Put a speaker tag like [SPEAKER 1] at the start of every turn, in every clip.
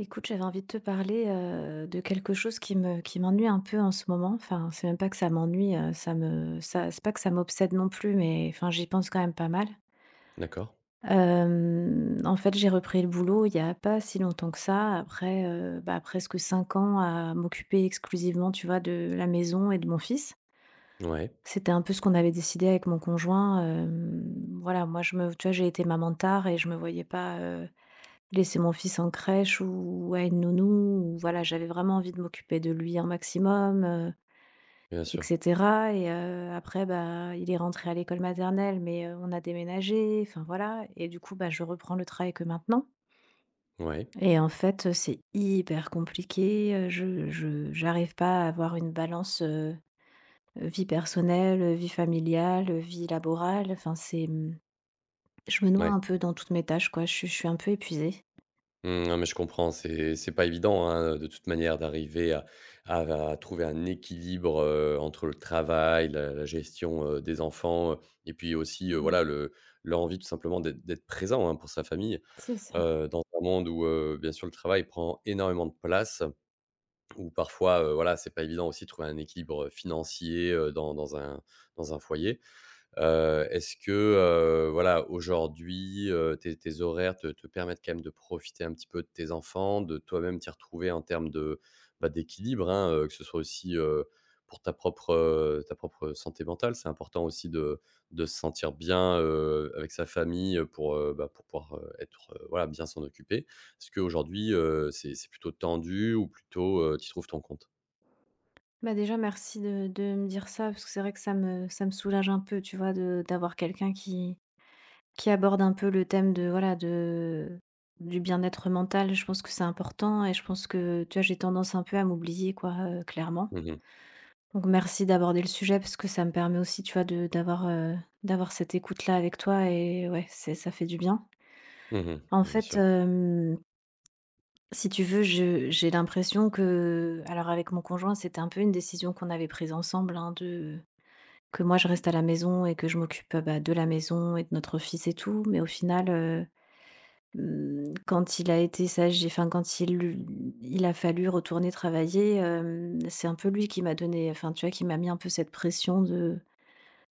[SPEAKER 1] Écoute, j'avais envie de te parler, de quelque chose qui m'ennuie un peu en ce moment. Enfin, c'est même pas que ça m'ennuie, ça me ça c'est pas que ça m'obsède non plus, mais enfin, j'y pense quand même pas mal.
[SPEAKER 2] D'accord.
[SPEAKER 1] En fait, j'ai repris le boulot il y a pas si longtemps que ça, après, bah, presque 5 ans à m'occuper exclusivement, tu vois, de la maison et de mon fils.
[SPEAKER 2] Ouais,
[SPEAKER 1] C'était un peu ce qu'on avait décidé avec mon conjoint, voilà, moi je me tu vois, j'ai été maman tard et je me voyais pas, laisser mon fils en crèche ou à une nounou, ou voilà, j'avais vraiment envie de m'occuper de lui un maximum,
[SPEAKER 2] bien
[SPEAKER 1] et
[SPEAKER 2] sûr.
[SPEAKER 1] cetera. Et après, bah, il est rentré à l'école maternelle, mais on a déménagé, enfin voilà, et du coup, bah, je reprends le travail que maintenant.
[SPEAKER 2] Ouais,
[SPEAKER 1] Et en fait, c'est hyper compliqué, je j'arrive pas à avoir une balance, vie personnelle, vie familiale, vie laborale, enfin c'est, mmh, je me noie
[SPEAKER 2] ouais.
[SPEAKER 1] un peu dans toutes mes tâches, quoi, je suis un peu épuisée.
[SPEAKER 2] Mmh, non, mais je comprends, c'est pas évident, hein, de toute manière d'arriver à va trouver un équilibre, entre le travail, la gestion, des enfants, et puis aussi,
[SPEAKER 1] Mmh,
[SPEAKER 2] voilà, le l'envie tout simplement d'être présent, hein, pour sa famille,
[SPEAKER 1] c'est ça.
[SPEAKER 2] dans un monde où, bien sûr le travail prend énormément de place, où parfois, voilà, c'est pas évident aussi de trouver un équilibre, financier, dans un dans un foyer. Est-ce que, voilà, aujourd'hui, tes horaires te permettent quand même de profiter un petit peu de tes enfants, de toi-même t'y retrouver en termes de, bah, d'équilibre, hein, que ce soit aussi, pour ta propre santé mentale? C'est important aussi de se sentir bien, avec sa famille, pour, bah, pour pouvoir, être, voilà, bien s'en occuper. Est-ce qu'aujourd'hui, c'est plutôt tendu ou plutôt, tu trouves ton compte?
[SPEAKER 1] Bah, déjà merci de me dire ça, parce que c'est vrai que ça me soulage un peu, tu vois, de d'avoir quelqu'un qui aborde un peu le thème de, voilà, de du bien-être mental. Je pense que c'est important et je pense que, tu vois, j'ai tendance un peu à m'oublier, quoi, clairement.
[SPEAKER 2] Mmh mh.
[SPEAKER 1] Donc merci d'aborder le sujet parce que ça me permet aussi, tu vois, d'avoir cette écoute-là avec toi et ouais, c'est ça fait du bien.
[SPEAKER 2] Mmh.
[SPEAKER 1] En
[SPEAKER 2] Bien
[SPEAKER 1] fait,
[SPEAKER 2] sûr.
[SPEAKER 1] si tu veux, je j'ai l'impression que, alors, avec mon conjoint, c'était un peu une décision qu'on avait prise ensemble, hein, de que moi je reste à la maison et que je m'occupe, bah, de la maison et de notre fils et tout, mais au final, mmh, quand il a été sage et enfin quand il a fallu retourner travailler, c'est un peu lui qui m'a donné, enfin tu vois, qui m'a mis un peu cette pression de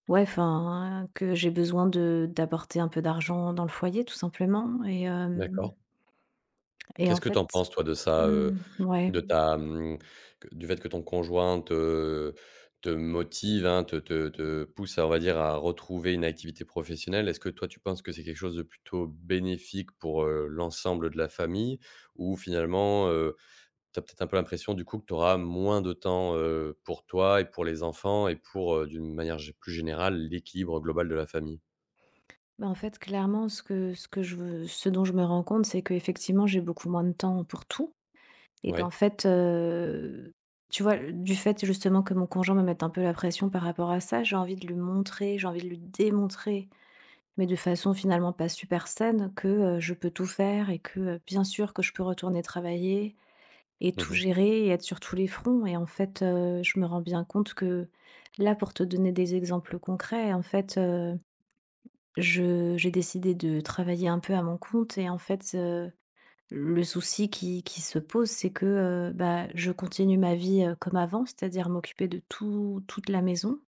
[SPEAKER 1] ouais, enfin, que j'ai besoin de d'apporter un peu d'argent dans le foyer tout simplement. Et hem
[SPEAKER 2] D'accord.
[SPEAKER 1] et en
[SPEAKER 2] Qu'est-ce que tu en
[SPEAKER 1] fait
[SPEAKER 2] penses toi de ça,
[SPEAKER 1] mmh, ouais,
[SPEAKER 2] De ta, que du fait que ton conjoint te motive, hein, te pousse à, on va dire, à retrouver une activité professionnelle. Est-ce que toi, tu penses que c'est quelque chose de plutôt bénéfique pour, l'ensemble de la famille? Ou finalement, tu as peut-être un peu l'impression du coup que tu auras moins de temps, pour toi et pour les enfants et pour, d'une manière gé plus générale, l'équilibre global de la famille?
[SPEAKER 1] bah, en fait, clairement, ce dont je me rends compte, c'est qu'effectivement j'ai beaucoup moins de temps pour tout. Et qu'en
[SPEAKER 2] Ouais.
[SPEAKER 1] fait, tu vois, du fait justement que mon conjoint me mette un peu la pression par rapport à ça, j'ai envie de lui montrer, j'ai envie de lui démontrer, mais de façon finalement pas super saine, que, je peux tout faire et que, bien sûr que je peux retourner travailler et
[SPEAKER 2] Mmh
[SPEAKER 1] tout
[SPEAKER 2] mh.
[SPEAKER 1] gérer et être sur tous les fronts. Et en fait, je me rends bien compte que là, pour te donner des exemples concrets, en fait, je j'ai décidé de travailler un peu à mon compte. Et en fait, le souci qui se pose, c'est que, bah, je continue ma vie, comme avant, c'est-à-dire m'occuper de toute la maison,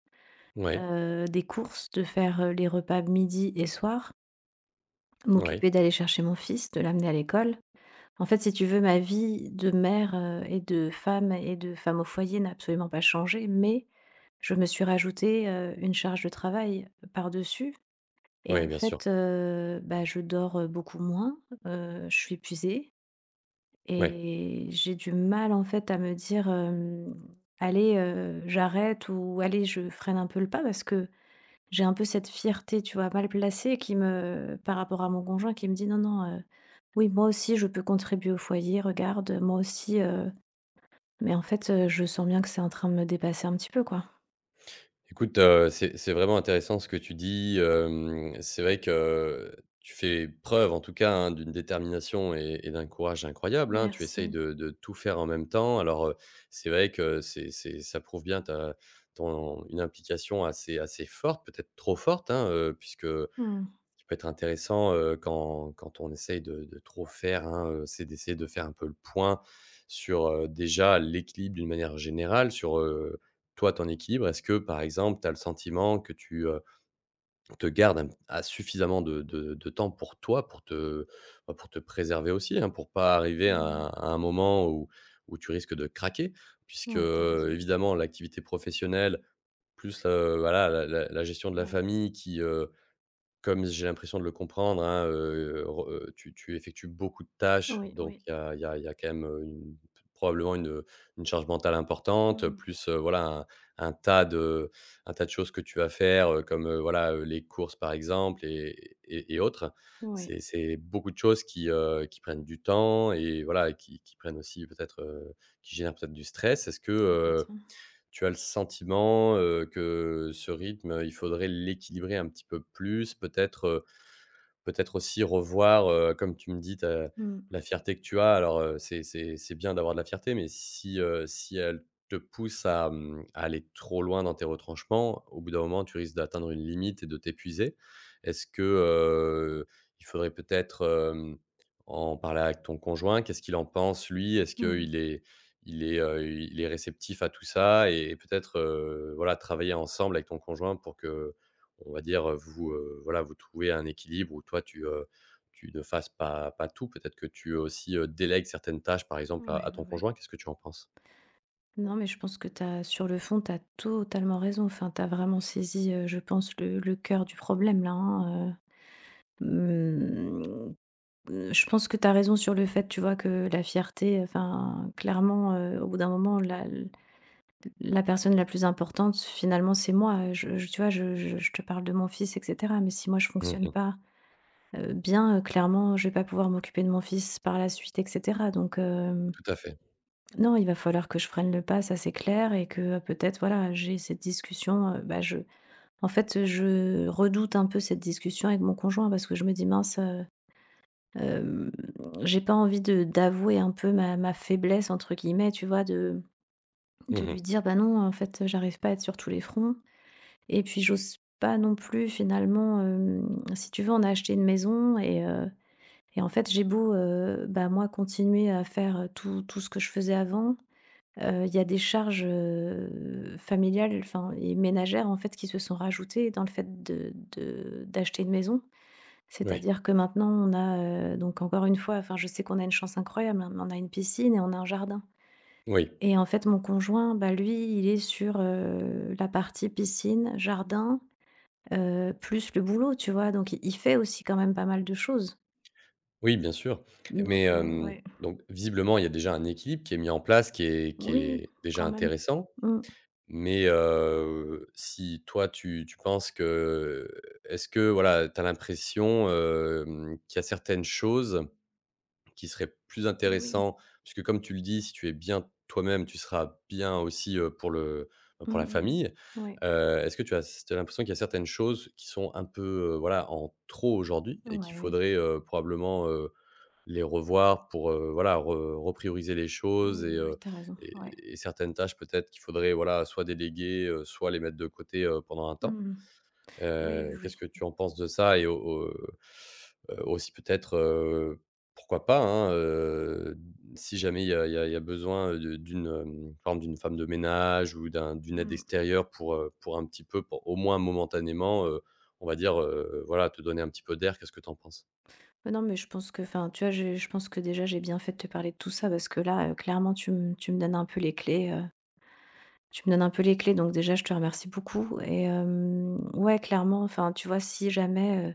[SPEAKER 2] Ouais.
[SPEAKER 1] des courses, de faire, les repas midi et soir,
[SPEAKER 2] Ouais.
[SPEAKER 1] m'occuper d'aller chercher mon fils, de l'amener à l'école. En fait, si tu veux, ma vie de mère, et de femme au foyer n'a absolument pas changé, mais je me suis rajoutée, une charge de travail par-dessus. Et
[SPEAKER 2] Ouais,
[SPEAKER 1] en
[SPEAKER 2] bien sûr.
[SPEAKER 1] fait, bah, je dors, beaucoup moins, je suis épuisée,
[SPEAKER 2] Ouais.
[SPEAKER 1] et j'ai du mal, en fait, à me dire, hem : « Allez, j'arrête » ou « Allez, je freine un peu le pas », parce que j'ai un peu cette fierté, tu vois, mal placée qui me, par rapport à mon conjoint, qui me dit : « Non, non, oui, moi aussi je peux contribuer au foyer, regarde, moi aussi, heu ». Mais en fait, je sens bien que c'est en train de me dépasser un petit peu, quoi.
[SPEAKER 2] Écoute, c'est vraiment intéressant ce que tu dis, hem, c'est vrai que tu fais preuve en tout cas, hein, d'une détermination et d'un courage incroyable, hein. Tu essayes
[SPEAKER 1] Merci.
[SPEAKER 2] de tout faire en même temps. Alors, c'est vrai que c'est ça prouve bien ta ton une implication assez forte, peut-être trop forte, hein, puisque
[SPEAKER 1] Mmh.
[SPEAKER 2] qui peut être intéressant, quand on essaye de trop faire, hein, c'est d'essayer de faire un peu le point sur, déjà l'équilibre d'une manière générale, sur, toi, ton équilibre. Est-ce que, par exemple, tu as le sentiment que tu, te gardes un à suffisamment de temps pour toi, pour te bah, pour te préserver aussi, hein, pour pas arriver à
[SPEAKER 1] Mmh.
[SPEAKER 2] un moment où tu risques de craquer? Puisque,
[SPEAKER 1] Ouais, t'as raison.
[SPEAKER 2] évidemment, l'activité professionnelle plus, voilà, la gestion de la
[SPEAKER 1] Ouais.
[SPEAKER 2] famille qui, comme j'ai l'impression de le comprendre, hein, re tu effectues beaucoup de tâches,
[SPEAKER 1] Oui,
[SPEAKER 2] donc
[SPEAKER 1] oui.
[SPEAKER 2] il y a il y a il y a quand même, une probablement une charge mentale importante,
[SPEAKER 1] Mmh.
[SPEAKER 2] plus, voilà, un tas de choses que tu vas faire, comme, voilà, les courses par exemple et autres.
[SPEAKER 1] Ouais,
[SPEAKER 2] C'est beaucoup de choses qui prennent du temps et voilà, qui prennent aussi peut-être, qui génèrent peut-être du stress. Est-ce que,
[SPEAKER 1] complètement.
[SPEAKER 2] tu as le sentiment, que ce rythme, il faudrait l'équilibrer un petit peu plus, peut-être, peut-être aussi revoir, comme tu me dis, ta
[SPEAKER 1] Mmh.
[SPEAKER 2] la fierté que tu as. Alors, c'est bien d'avoir de la fierté, mais si, si elle te pousse à, à aller trop loin dans tes retranchements, au bout d'un moment, tu risques d'atteindre une limite et de t'épuiser. Est-ce que, il faudrait peut-être, hem, en parler avec ton conjoint? Qu'est-ce qu'il en pense lui? Est-ce
[SPEAKER 1] Mmh.
[SPEAKER 2] qu'il est il est, il est réceptif à tout ça? Et peut-être, voilà, travailler ensemble avec ton conjoint pour que on va dire, vous, voilà, vous trouvez un équilibre où toi tu, tu ne fasses pas tout. Peut-être que tu aussi, délègues certaines tâches, par exemple,
[SPEAKER 1] Ouais,
[SPEAKER 2] à
[SPEAKER 1] ouais,
[SPEAKER 2] ton
[SPEAKER 1] ouais.
[SPEAKER 2] conjoint. Qu'est-ce que tu en penses?
[SPEAKER 1] Non, mais je pense que t'as, sur le fond, tu as totalement raison. Enfin, tu as vraiment saisi, je pense, le cœur du problème là, hein, mmh, mmh, je pense que tu as raison sur le fait, tu vois, que la fierté, enfin, clairement, au bout d'un moment, la personne la plus importante, finalement, c'est moi. Je tu vois, je te parle de mon fils et cetera, mais si moi, je fonctionne
[SPEAKER 2] Mmh.
[SPEAKER 1] pas, bien, clairement, je vais pas pouvoir m'occuper de mon fils par la suite et cetera, donc
[SPEAKER 2] Tout à fait.
[SPEAKER 1] non, il va falloir que je freine le pas, ça c'est clair, et que peut-être, voilà, j'ai cette discussion. Euh, bah, je, en fait, je redoute un peu cette discussion avec mon conjoint parce que je me dis, mince, euh, j'ai pas envie de d'avouer un peu ma, ma faiblesse, entre guillemets, tu vois, de
[SPEAKER 2] Mmh.
[SPEAKER 1] lui dire, bah non, en fait, j'arrive pas à être sur tous les fronts. Et puis, j'ose pas non plus, finalement, si tu veux, on a acheté une maison et en fait, j'ai beau, bah, moi, continuer à faire tout, tout ce que je faisais avant. Il y a des charges, familiales, enfin et ménagères, en fait, qui se sont rajoutées dans le fait de d'acheter une maison.
[SPEAKER 2] Oui.
[SPEAKER 1] C'est-à-dire que maintenant on a, donc encore une fois, enfin, je sais qu'on a une chance incroyable, hein, mais on a une piscine et on a un jardin
[SPEAKER 2] Oui.
[SPEAKER 1] et en fait, mon conjoint, bah, lui, il est sur, la partie piscine, jardin, plus le boulot, tu vois? Donc il fait aussi quand même pas mal de choses.
[SPEAKER 2] Oui, bien sûr. Mais,
[SPEAKER 1] Donc
[SPEAKER 2] hem,
[SPEAKER 1] ouais.
[SPEAKER 2] donc visiblement, il y a déjà un équilibre qui est mis en place, qui est qui
[SPEAKER 1] Oui,
[SPEAKER 2] est déjà
[SPEAKER 1] quand même.
[SPEAKER 2] intéressant.
[SPEAKER 1] Mmh.
[SPEAKER 2] Mais, si toi tu penses que est-ce que, voilà, tu as l'impression, hem, qu'il y a certaines choses qui serait plus
[SPEAKER 1] Oui.
[SPEAKER 2] intéressant, puisque comme tu le dis, si tu es bien toi-même, tu seras bien aussi, pour le bah,
[SPEAKER 1] Mmh,
[SPEAKER 2] pour la
[SPEAKER 1] mmh
[SPEAKER 2] famille.
[SPEAKER 1] mh. Ouais.
[SPEAKER 2] Est-ce que tu as t'as l'impression qu'il y a certaines choses qui sont un peu, voilà, en trop aujourd'hui et qu'il
[SPEAKER 1] Ouais.
[SPEAKER 2] faudrait, probablement, les revoir pour, voilà, re reprioriser les choses
[SPEAKER 1] Oui, oui, oui, tu raison, ouais.
[SPEAKER 2] et certaines tâches peut-être qu'il faudrait, voilà, soit déléguer, soit les mettre de côté, pendant un temps?
[SPEAKER 1] Mmh. Oui, oui,
[SPEAKER 2] Qu'est-ce
[SPEAKER 1] oui.
[SPEAKER 2] que tu en penses de ça? Et aussi peut-être, pourquoi pas, hein, si jamais il y a il y a il y a besoin, de d'une, hem, par exemple d'une femme de ménage ou d'une aide
[SPEAKER 1] Mmh.
[SPEAKER 2] extérieure pour un petit peu, pour au moins momentanément, on va dire, voilà, te donner un petit peu d'air. Qu'est-ce que tu en penses?
[SPEAKER 1] Mais non, mais je pense que, enfin, tu vois, j'ai je pense que déjà j'ai bien fait de te parler de tout ça parce que là, clairement tu me donnes un peu les clés, tu me donnes un peu les clés donc déjà je te remercie beaucoup. Et ouais, clairement, enfin, tu vois, si jamais,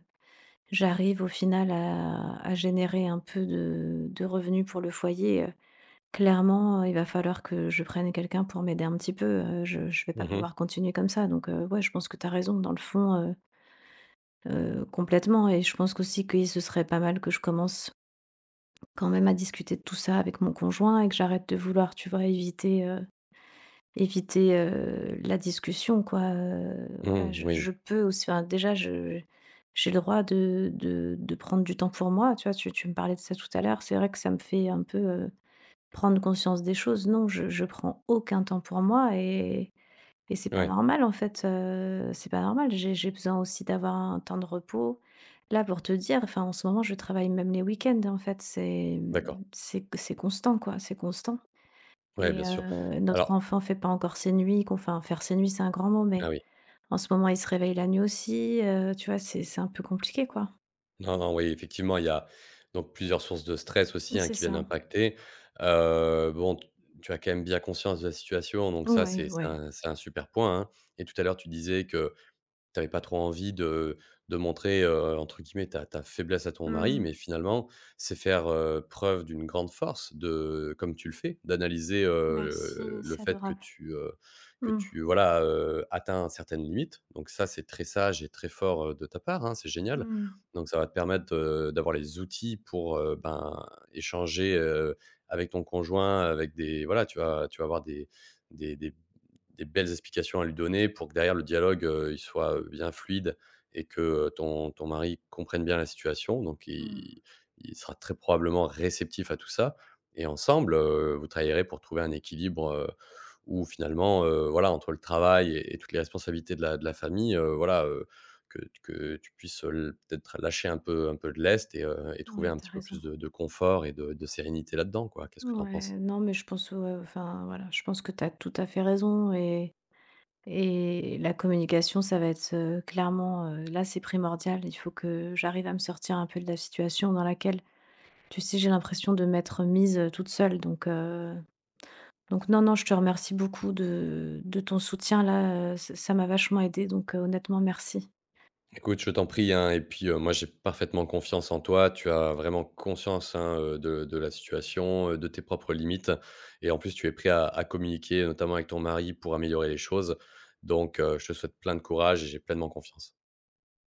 [SPEAKER 1] j'arrive au final à générer un peu de revenus pour le foyer, clairement, il va falloir que je prenne quelqu'un pour m'aider un petit peu, je vais pas
[SPEAKER 2] Mmh
[SPEAKER 1] pouvoir
[SPEAKER 2] mh.
[SPEAKER 1] continuer comme ça, donc ouais, je pense que t'as raison dans le fond, heu, complètement. Et je pense qu'aussi que ce serait pas mal que je commence quand même à discuter de tout ça avec mon conjoint et que j'arrête de vouloir, tu vois, éviter, la discussion, quoi, voilà,
[SPEAKER 2] Mmh,
[SPEAKER 1] je
[SPEAKER 2] oui.
[SPEAKER 1] peux aussi, enfin déjà, je j'ai le droit de prendre du temps pour moi, tu vois? Tu me parlais de ça tout à l'heure, c'est vrai que ça me fait un peu, prendre conscience des choses. Non, je prends aucun temps pour moi, et c'est pas
[SPEAKER 2] Ouais,
[SPEAKER 1] normal en fait, c'est pas normal. J'ai besoin aussi d'avoir un temps de repos. Là, pour te dire, enfin, en ce moment je travaille même les week-ends, en fait, c'est, mmh,
[SPEAKER 2] d'accord.
[SPEAKER 1] c'est constant quoi, c'est constant.
[SPEAKER 2] Ouais, bien
[SPEAKER 1] Et
[SPEAKER 2] sûr.
[SPEAKER 1] notre
[SPEAKER 2] Alors
[SPEAKER 1] enfant fait pas encore ses nuits, qu'on, enfin, faire ses nuits c'est un grand mot,
[SPEAKER 2] ah
[SPEAKER 1] mais
[SPEAKER 2] oui.
[SPEAKER 1] en ce moment il se réveille la nuit aussi, tu vois? C'est un peu compliqué, quoi.
[SPEAKER 2] Non, non, oui, effectivement, il y a donc plusieurs sources de stress aussi, hein,
[SPEAKER 1] C'est
[SPEAKER 2] qui viennent
[SPEAKER 1] ça.
[SPEAKER 2] impacter. Bon, t tu as quand même bien conscience de la situation, donc ça,
[SPEAKER 1] Ouais, ouais.
[SPEAKER 2] c'est un super point, hein, et tout à l'heure, tu disais que t'avais pas trop envie de montrer, entre guillemets, ta faiblesse à ton mari,
[SPEAKER 1] Mmh.
[SPEAKER 2] mais finalement, c'est faire, preuve d'une grande force de comme tu le fais, d'analyser,
[SPEAKER 1] Merci,
[SPEAKER 2] le
[SPEAKER 1] c'est
[SPEAKER 2] fait
[SPEAKER 1] adorable.
[SPEAKER 2] que
[SPEAKER 1] Mmh.
[SPEAKER 2] tu, voilà, atteins certaines limites. Donc ça, c'est très sage et très fort, de ta part, hein, c'est génial.
[SPEAKER 1] Mmh.
[SPEAKER 2] Donc ça va te permettre, d'avoir les outils pour, ben, échanger, avec ton conjoint, avec des voilà, tu vas avoir des des belles explications à lui donner pour que derrière le dialogue, il soit, bien fluide et que, ton mari comprenne bien la situation. Donc
[SPEAKER 1] Mmh.
[SPEAKER 2] il sera très probablement réceptif à tout ça et ensemble, vous travaillerez pour trouver un équilibre, où finalement, voilà, entre le travail et toutes les responsabilités de la famille, voilà, que tu puisses, peut-être lâcher un peu de lest et trouver
[SPEAKER 1] Ouais,
[SPEAKER 2] un
[SPEAKER 1] t'as
[SPEAKER 2] petit peu
[SPEAKER 1] raison.
[SPEAKER 2] plus de confort et de sérénité là-dedans, quoi. Qu'est-ce que tu en
[SPEAKER 1] Ouais,
[SPEAKER 2] penses?
[SPEAKER 1] non, mais je pense, ouais, enfin, voilà, je pense que tu as tout à fait raison. Et la communication, ça va être, clairement, là, c'est primordial. Il faut que j'arrive à me sortir un peu de la situation dans laquelle, tu sais, j'ai l'impression de m'être mise, toute seule, donc non, non, je te remercie beaucoup de ton soutien là, heu. Ça ça m'a vachement aidée, donc honnêtement, merci.
[SPEAKER 2] Écoute, je t'en prie, hein, et puis, moi, j'ai parfaitement confiance en toi. Tu as vraiment conscience, hein, de la situation, de tes propres limites et en plus, tu es prêt à communiquer, notamment avec ton mari, pour améliorer les choses. Donc, je te souhaite plein de courage et j'ai pleinement confiance.